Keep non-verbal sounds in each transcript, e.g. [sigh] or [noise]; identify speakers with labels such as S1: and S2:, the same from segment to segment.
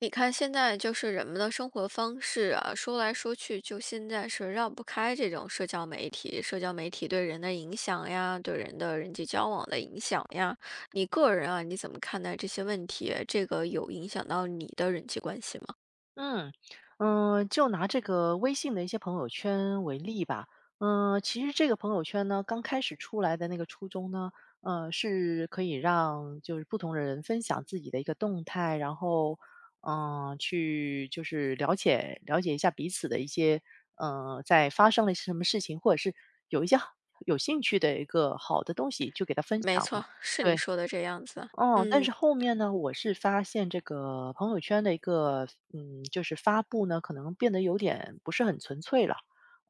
S1: 你看，现在就是人们的生活方式啊，说来说去，就现在是绕不开这种社交媒体，社交媒体对人的影响呀，对人的人际交往的影响呀。你个人啊，你怎么看待这些问题？这个有影响到你的人际关系吗？
S2: 嗯，就拿这个微信的一些朋友圈为例吧。其实这个朋友圈呢，刚开始出来的那个初衷呢，是可以让就是不同的人分享自己的一个动态，然后，去就是了解了解一下彼此的一些，在发生了一些什么事情，或者是有一些好有兴趣的一个好的东西，就给他分
S1: 没
S2: 享嘛。
S1: 错，是你
S2: 对。
S1: 说的这样子。
S2: 哦，但
S1: 嗯，
S2: 是后面呢，我是发现这个朋友圈的一个，就是发布呢，可能变得有点不是很纯粹了。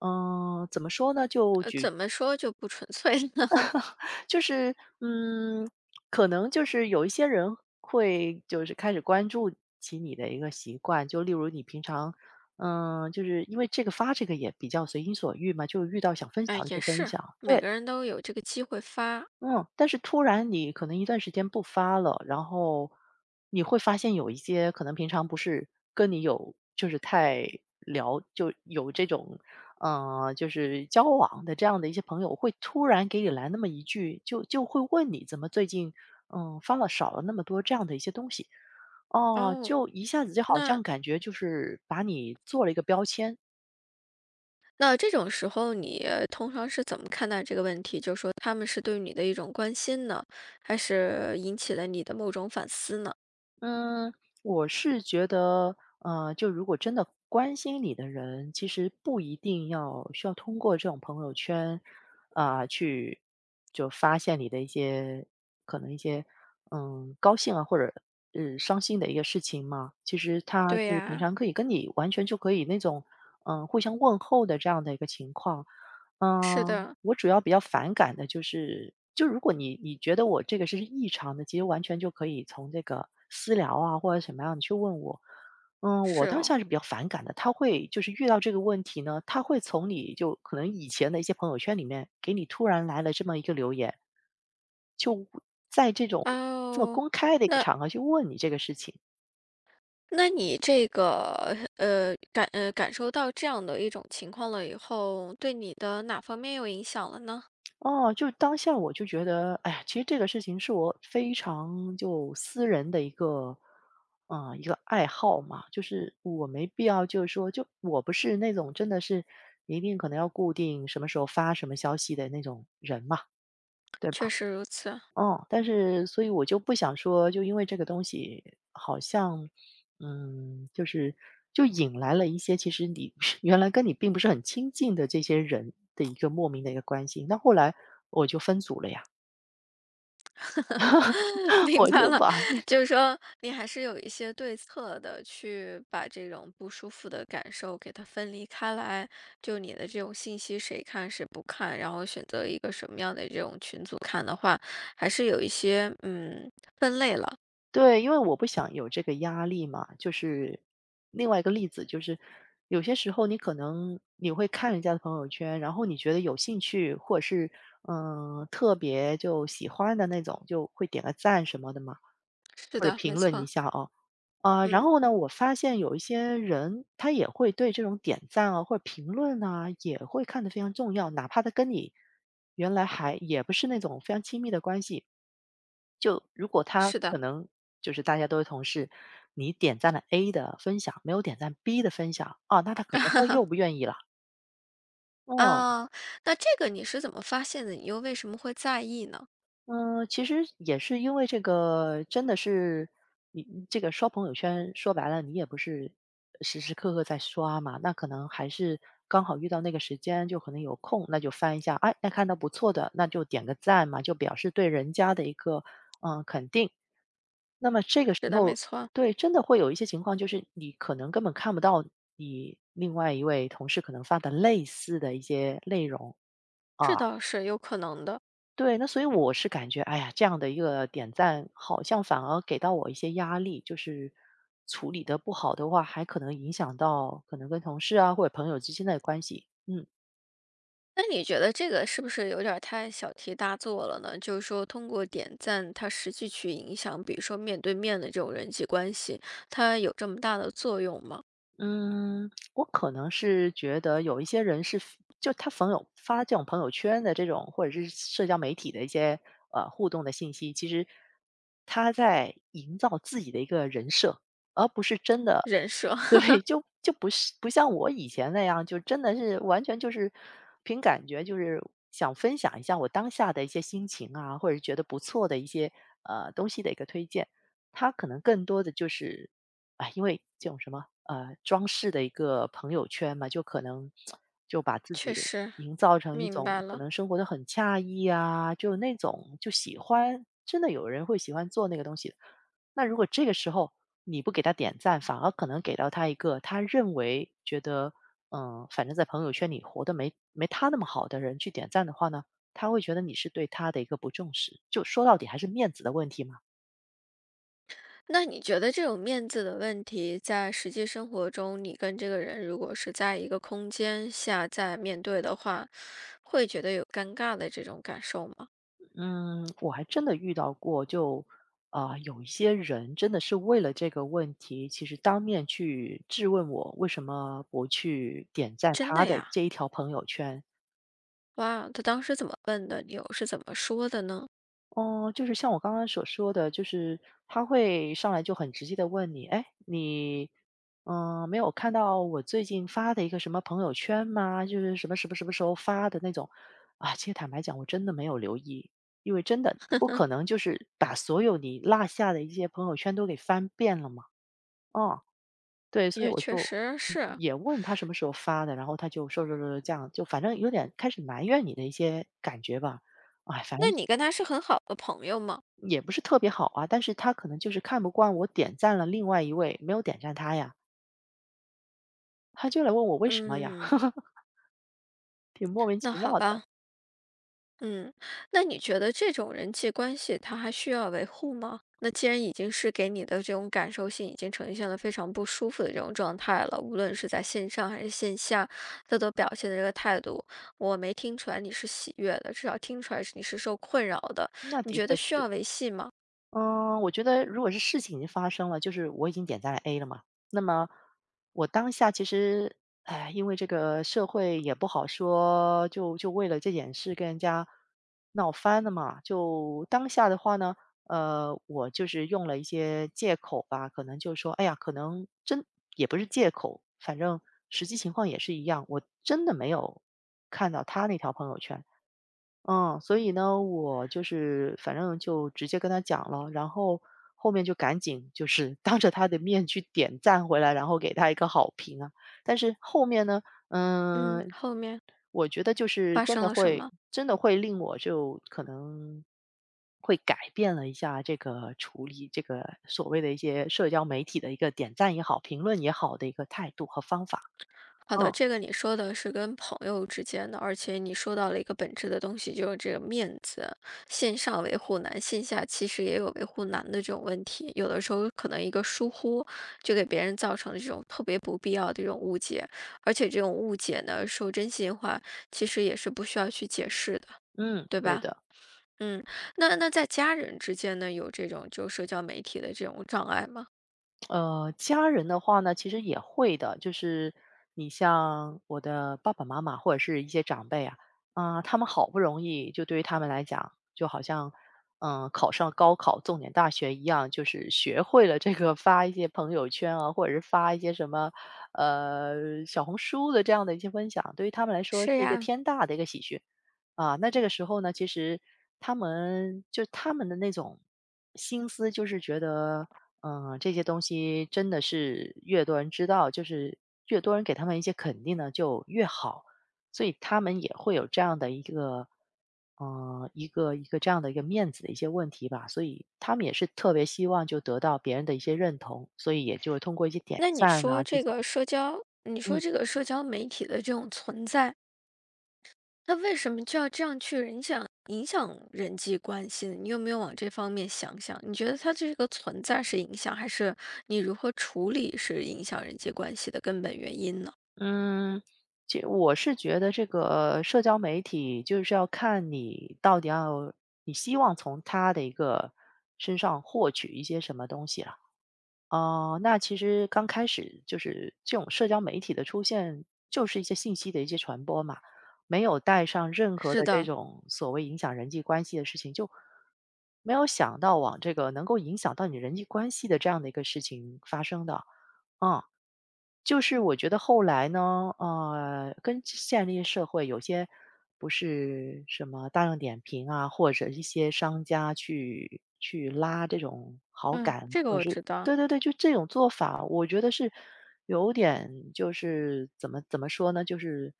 S2: 怎么说呢？
S1: 怎么说就不纯粹呢？[laughs]
S2: 就是，嗯，可能就是有一些人会就是开始关注起你的一个习惯，就例如你平常，就是因为这个发这个也比较随心所欲嘛，就遇到想分
S1: 哎，
S2: 享就
S1: 也
S2: 分
S1: 是，
S2: 享，
S1: 每
S2: 对。
S1: 个人都有这个机会发
S2: 嗯，但是突然你可能一段时间不发了，然后你会发现有一些可能平常不是跟你有就是太聊就有这种就是交往的这样的一些朋友，会突然给你来那么一句，就会问你怎么最近发了少了那么多这样的一些东西，哦，
S1: 哦。
S2: 就一下子就好
S1: 那
S2: 像感觉就是把你做了一个标签。
S1: 那这种时候，你通常是怎么看待这个问题？就是说，他们是对你的一种关心呢，还是引起了你的某种反思呢？
S2: 嗯，我是觉得，就如果真的关心你的人，其实不一定要需要通过这种朋友圈啊，去就发现你的一些可能一些高兴啊，或者伤心的一个事情嘛。其实他
S1: 对
S2: 就是平
S1: 呀，
S2: 常可以跟你完全就可以那种互相问候的这样的一个情况。
S1: 是的，
S2: 我主要比较反感的就是，就如果你觉得我这个是异常的，其实完全就可以从这个私聊啊或者什么样，你去问我。我
S1: 是
S2: 当
S1: 哦。
S2: 下是比较反感的，他会就是遇到这个问题呢，他会从你就可能以前的一些朋友圈里面给你突然来了这么一个留言，就在这种这么
S1: 哦，
S2: 公开的一个
S1: 那
S2: 场合去问你这个事情。
S1: 你这个感受到这样的一种情况了以后，对你的哪方面有影响了呢？
S2: 哦，就当下我就觉得，哎呀，其实这个事情是我非常就私人的一个，一个爱好嘛，就是我没必要，就是说，就我不是那种真的是一定可能要固定什么时候发什么消息的那种人嘛，对吧？
S1: 确实如此。
S2: 哦，但是所以我就不想说，就因为这个东西好像，就是引来了一些其实你 [laughs] 原来跟你并不是很亲近的这些人的一个莫名的一个关系。那后来我就分组了呀。
S1: [laughs]
S2: [laughs]
S1: 明
S2: 我
S1: 白
S2: 就
S1: 了，
S2: 把
S1: 就是说你还是有一些对策的，去把这种不舒服的感受给它分离开来。就你的这种信息，谁看谁不看，然后选择一个什么样的这种群组看的话，还是有一些嗯分类了。
S2: 对，因为我不想有这个压力嘛。就是另外一个例子，就是有些时候你可能你会看人家的朋友圈，然后你觉得有兴趣，或者是特别就喜欢的那种，就会点个赞什么的嘛，
S1: 是
S2: 或者
S1: 的，
S2: 评
S1: 没
S2: 论一
S1: 错，
S2: 下哦。啊，然
S1: 嗯，
S2: 后呢，我发现有一些人他也会对这种点赞啊或者评论啊也会看得非常重要，哪怕他跟你原来还也不是那种非常亲密的关系，就如果他
S1: 是的，
S2: 可能就是大家都是同事，你点赞了 A 的分享，没有点赞 B 的分享，啊，那可能他又不愿意了，哦。
S1: 啊，那这个你是怎么发现的？你又为什么会在意呢？
S2: 嗯，其实也是因为这个，真的是你这个刷朋友圈，说白了，你也不是时时刻刻在刷嘛，那可能还是刚好遇到那个时间，就可能有空，那就翻一下，哎，那看到不错的，那就点个赞嘛，就表示对人家的一个肯定。那么这个时
S1: 是的，没
S2: 候，
S1: 错，
S2: 对，真的会有一些情况，就是你可能根本看不到你另外一位同事可能发的类似的一些内容
S1: 这
S2: 啊。
S1: 倒是有可能的。
S2: 对，那所以我是感觉，哎呀，这样的一个点赞，好像反而给到我一些压力，就是处理的不好的话，还可能影响到可能跟同事啊或者朋友之间的关系。嗯。
S1: 那你觉得这个是不是有点儿太小题大做了呢？就是说，通过点赞，它实际去影响，比如说面对面的这种人际关系，它有这么大的作用吗？
S2: 嗯，我可能是觉得有一些人是 就他朋友发这种朋友圈的这种，或者是社交媒体的一些互动的信息，其实他在营造自己的一个人设，而不是真的。
S1: 人设
S2: [laughs] 对，就不是不像我以前那样，就真的是完全就是凭感觉，就是想分享一下我当下的一些心情啊，或者觉得不错的一些东西的一个推荐。他可能更多的就是，啊，因为这种什么装饰的一个朋友圈嘛，就可能就把
S1: [laughs]
S2: 自
S1: 确
S2: 己
S1: 实
S2: 营造成一
S1: 明
S2: 种
S1: 白
S2: 可
S1: 了。
S2: 能生活的很惬意啊，就那种就喜欢，真的有人会喜欢做那个东西的。那如果这个时候你不给他点赞，反而可能给到他一个他认为觉得反正在朋友圈里活得没他那么好的人去点赞的话呢，他会觉得你是对他的一个不重视。就说到底还是面子的问题嘛。
S1: 那你觉得这种面子的问题，在实际生活中，你跟这个人如果是在一个空间下在面对的话，会觉得有尴尬的这种感受吗？
S2: 嗯，我还真的遇到过，有一些人真的是为了这个问题，其实当面去质问我为什么不去点赞
S1: 真
S2: 他
S1: 的
S2: 的
S1: 呀，
S2: 这一条朋友圈。
S1: 哇，他当时怎么问的？你又是怎么说的呢？
S2: 哦，就是像我刚刚所说的，就是他会上来就很直接的问你：“哎，你，没有看到我最近发的一个什么朋友圈吗？就是什么什么什么时候发的那种。”啊，其实坦白讲，我真的没有留意，因为真的，你不可能就是把所有你落下的一些朋友圈都给翻遍了嘛。啊，对，所以
S1: 也
S2: 我
S1: 确
S2: 就
S1: 实是，
S2: 也问他什么时候发的，然后他就说说这样，就反正有点开始埋怨你的一些感觉吧。哎，反
S1: 那
S2: 正
S1: 你跟他是很好的朋友吗？
S2: 也不是特别好啊，但是他可能就是看不惯我点赞了另外一位，没有点赞他呀，他就来问我为什么呀。
S1: 嗯，
S2: [laughs] 挺莫名
S1: 那
S2: 其
S1: 好
S2: 妙的，
S1: 吧，嗯，那你觉得这种人际关系他还需要维护吗？那既然已经是给你的这种感受性已经呈现了非常不舒服的这种状态了，无论是在线上还是线下，他都表现的这个态度，我没听出来你是喜悦的，至少听出来是你是受困扰的。
S2: 那
S1: 你
S2: 的
S1: 觉
S2: 确
S1: 得需
S2: 是。
S1: 要维系吗？
S2: 嗯，我觉得如果是事情已经发生了，就是我已经点赞了 A 了嘛，那么我当下其实，哎，因为这个社会也不好说，就为了这件事跟人家闹翻了嘛。就当下的话呢，我就是用了一些借口吧，可能就说，哎呀，可能真也不是借口，反正实际情况也是一样，我真的没有看到他那条朋友圈。所以呢，我就是反正就直接跟他讲了，然后后面就赶紧就是当着他的面去点赞回来，然后给他一个好评啊。但是后面呢，
S1: 嗯，
S2: 嗯，
S1: 后面
S2: 我觉得就是
S1: 发
S2: 真
S1: 生
S2: 的
S1: 了什
S2: 会，
S1: 么？
S2: 真的会令我就可能会改变了一下这个处理这个所谓的一些社交媒体的一个点赞也好、评论也好的一个态度和方法。
S1: 好的，
S2: 嗯
S1: 这个你说的是跟朋友之间的，而且你说到了一个本质的东西，就是这个面子。线上维护难，线下其实也有维护难的这种问题。有的时候可能一个疏忽，就给别人造成了这种特别不必要的这种误解，而且这种误解呢，说真心话，其实也是不需要去解释的，
S2: 嗯，
S1: 对
S2: 对
S1: 吧？
S2: 的。
S1: 嗯，那在家人之间呢，有这种就社交媒体的这种障碍吗？
S2: 家人的话呢，其实也会的，就是你像我的爸爸妈妈或者是一些长辈啊，啊、他们好不容易，就对于他们来讲，就好像考上高考、重点大学一样，就是学会了这个发一些朋友圈啊，或者是发一些什么小红书的这样的一些分享，对于他们来说是
S1: 是
S2: 一个
S1: 呀，
S2: 天大的一个喜讯啊。那这个时候呢，其实他们的那种心思，就是觉得。嗯，这些东西真的是越多人知道，就是越多人给他们一些肯定呢，就越好。所以他们也会有这样的一个，嗯，一个这样的一个面子的一些问题吧。所以他们也是特别希望就得到别人的一些认同，所以也就是通过一些点
S1: 那你
S2: 赞啊
S1: 说
S2: 这
S1: 这个
S2: 种。
S1: 社交，你
S2: 嗯
S1: 说这个社交媒体的这种存在，那为什么就要这样去影响人际关系呢？你有没有往这方面想想？你觉得它这个存在是影响，还是你如何处理是影响人际关系的根本原因呢？
S2: 嗯，其实我是觉得这个社交媒体就是要看你到底要你希望从他的一个身上获取一些什么东西啊。哦，那其实刚开始就是这种社交媒体的出现，就是一些信息的一些传播嘛，没有带上任何
S1: 是
S2: 的这
S1: 的，
S2: 种所谓影响人际关系的事情，就没有想到往这个能够影响到你人际关系的这样的一个事情发生的，嗯。就是我觉得后来呢，跟现在这些社会有些不是什么大众点评啊，或者一些商家去拉这种好
S1: 嗯，
S2: 感，
S1: 这个
S2: 或者
S1: 我
S2: 是
S1: 知道。
S2: 对对对，就这种做法，我觉得是有点就是怎么说呢，就是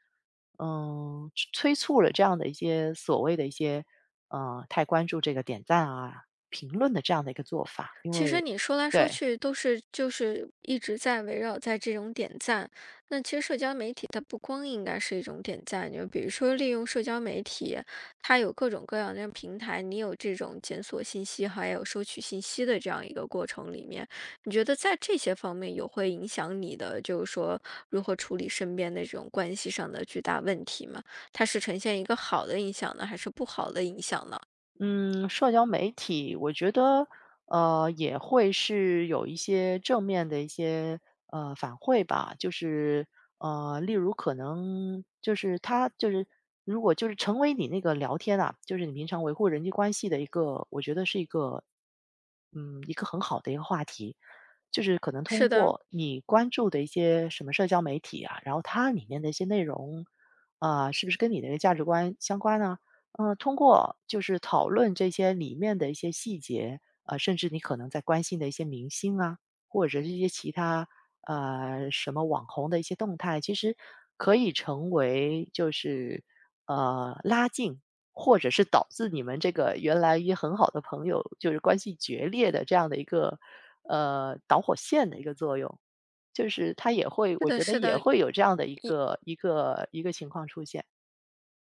S2: 嗯，催促了这样的一些所谓的一些太关注这个点赞啊、评论的这样的一个做法，因
S1: 其实
S2: 为
S1: 你说来说
S2: 对。
S1: 去都是就是一直在围绕在这种点赞，那其实社交媒体它不光应该是一种点赞，就比如说利用社交媒体，它有各种各样的平台，你有这种检索信息，还有收取信息的这样一个过程里面，你觉得在这些方面有会影响你的，就是说如何处理身边的这种关系上的巨大问题吗？它是呈现一个好的影响呢，还是不好的影响呢？
S2: 嗯，社交媒体我觉得，也会是有一些正面的一些反馈吧，就是例如可能就是他就是如果就是成为你那个聊天啊，就是你平常维护人际关系的一个，我觉得是一个嗯一个很好的一个话题，就是可能通
S1: 是的，
S2: 过你关注的一些什么社交媒体啊，然后它里面的一些内容啊，是不是跟你的一个价值观相关呢？通过就是讨论这些里面的一些细节，甚至你可能在关心的一些明星啊，或者是一些其他什么网红的一些动态，其实可以成为就是拉近，或者是导致你们这个原来也很好的朋友就是关系决裂的这样的一个导火线的一个作用，就是它也会，
S1: 是
S2: 我
S1: 的，
S2: 觉得
S1: 是
S2: 也
S1: 的，
S2: 会有这样的一个情况出现，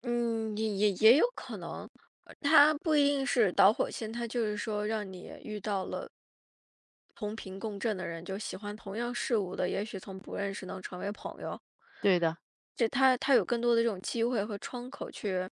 S1: 嗯，也有可能，它不一定是导火线，它就是说让你遇到了同频共振的人，就喜欢同样事物的，也许从不认识能成为朋友，
S2: 对的。
S1: 这它有更多的这种机会和窗口去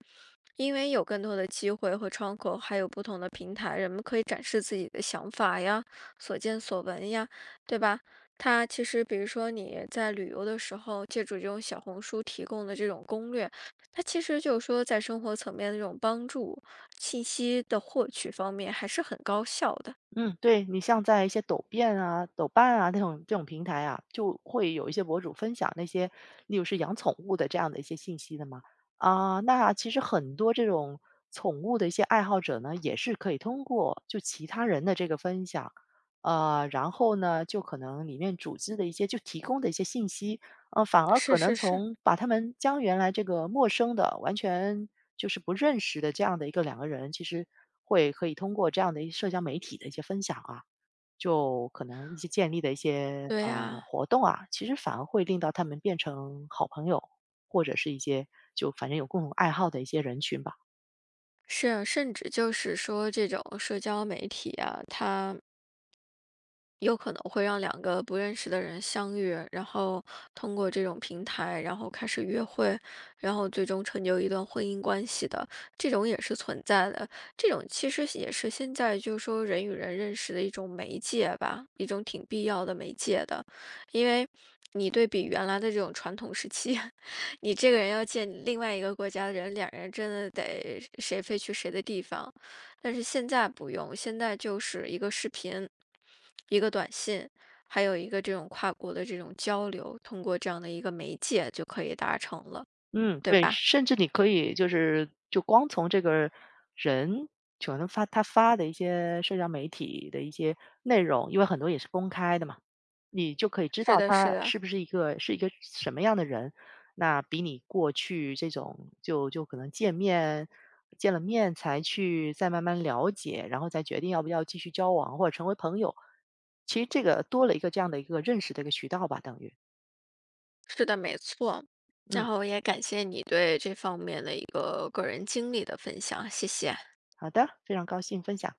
S1: 因为有更多的机会和窗口，还有不同的平台，人们可以展示自己的想法呀、所见所闻呀，对吧？它其实，比如说你在旅游的时候，借助这种小红书提供的这种攻略，它其实就是说在生活层面的这种帮助、信息的获取方面还是很高效的。
S2: 嗯，对，你像在一些抖变啊、抖瓣啊那种这种平台啊，就会有一些博主分享那些，例如是养宠物的这样的一些信息的嘛。啊，那其实很多这种宠物的一些爱好者呢，也是可以通过就其他人的这个分享，然后呢，就可能里面组织的一些就提供的一些信息，反而
S1: 是
S2: 可能
S1: 是是，
S2: 从把他们将原来这个陌生的、完全就是不认识的这样的一个两个人，其实会可以通过这样的一社交媒体的一些分享啊，就可能一些建立的一些
S1: 对呀，
S2: 活动啊，其实反而会令到他们变成好朋友，或者是一些就反正有共同爱好的一些人群吧。
S1: 是，甚至就是说这种社交媒体啊，它有可能会让两个不认识的人相遇，然后通过这种平台，然后开始约会，然后最终成就一段婚姻关系的，这种也是存在的。这种其实也是现在就是说人与人认识的一种媒介吧，一种挺必要的媒介的，因为。你对比原来的这种传统时期，[laughs] 你这个人要见另外一个国家的人，两人真的得谁飞去谁的地方，但是现在不用，现在就是一个视频，一个短信，还有一个这种跨国的这种交流，通过这样的一个媒介就可以达成了，
S2: 嗯，
S1: 对
S2: 对，
S1: 吧？
S2: 甚至你可以就是就光从这个人就能发他发的一些社交媒体的一些内容，因为很多也是公开的嘛，你就可以知
S1: 是
S2: 道
S1: 的，是
S2: 他
S1: 的，
S2: 是不是一个是一个什么样的人。那比你过去这种就可能见面见了面才去再慢慢了解，然后再决定要不要继续交往或者成为朋友，其实这个多了一个这样的一个认识的一个渠道吧，等于。
S1: 是的，没错。然
S2: 嗯，
S1: 后也感谢你对这方面的一个个人经历的分享，谢谢。
S2: 好的，非常高兴分享。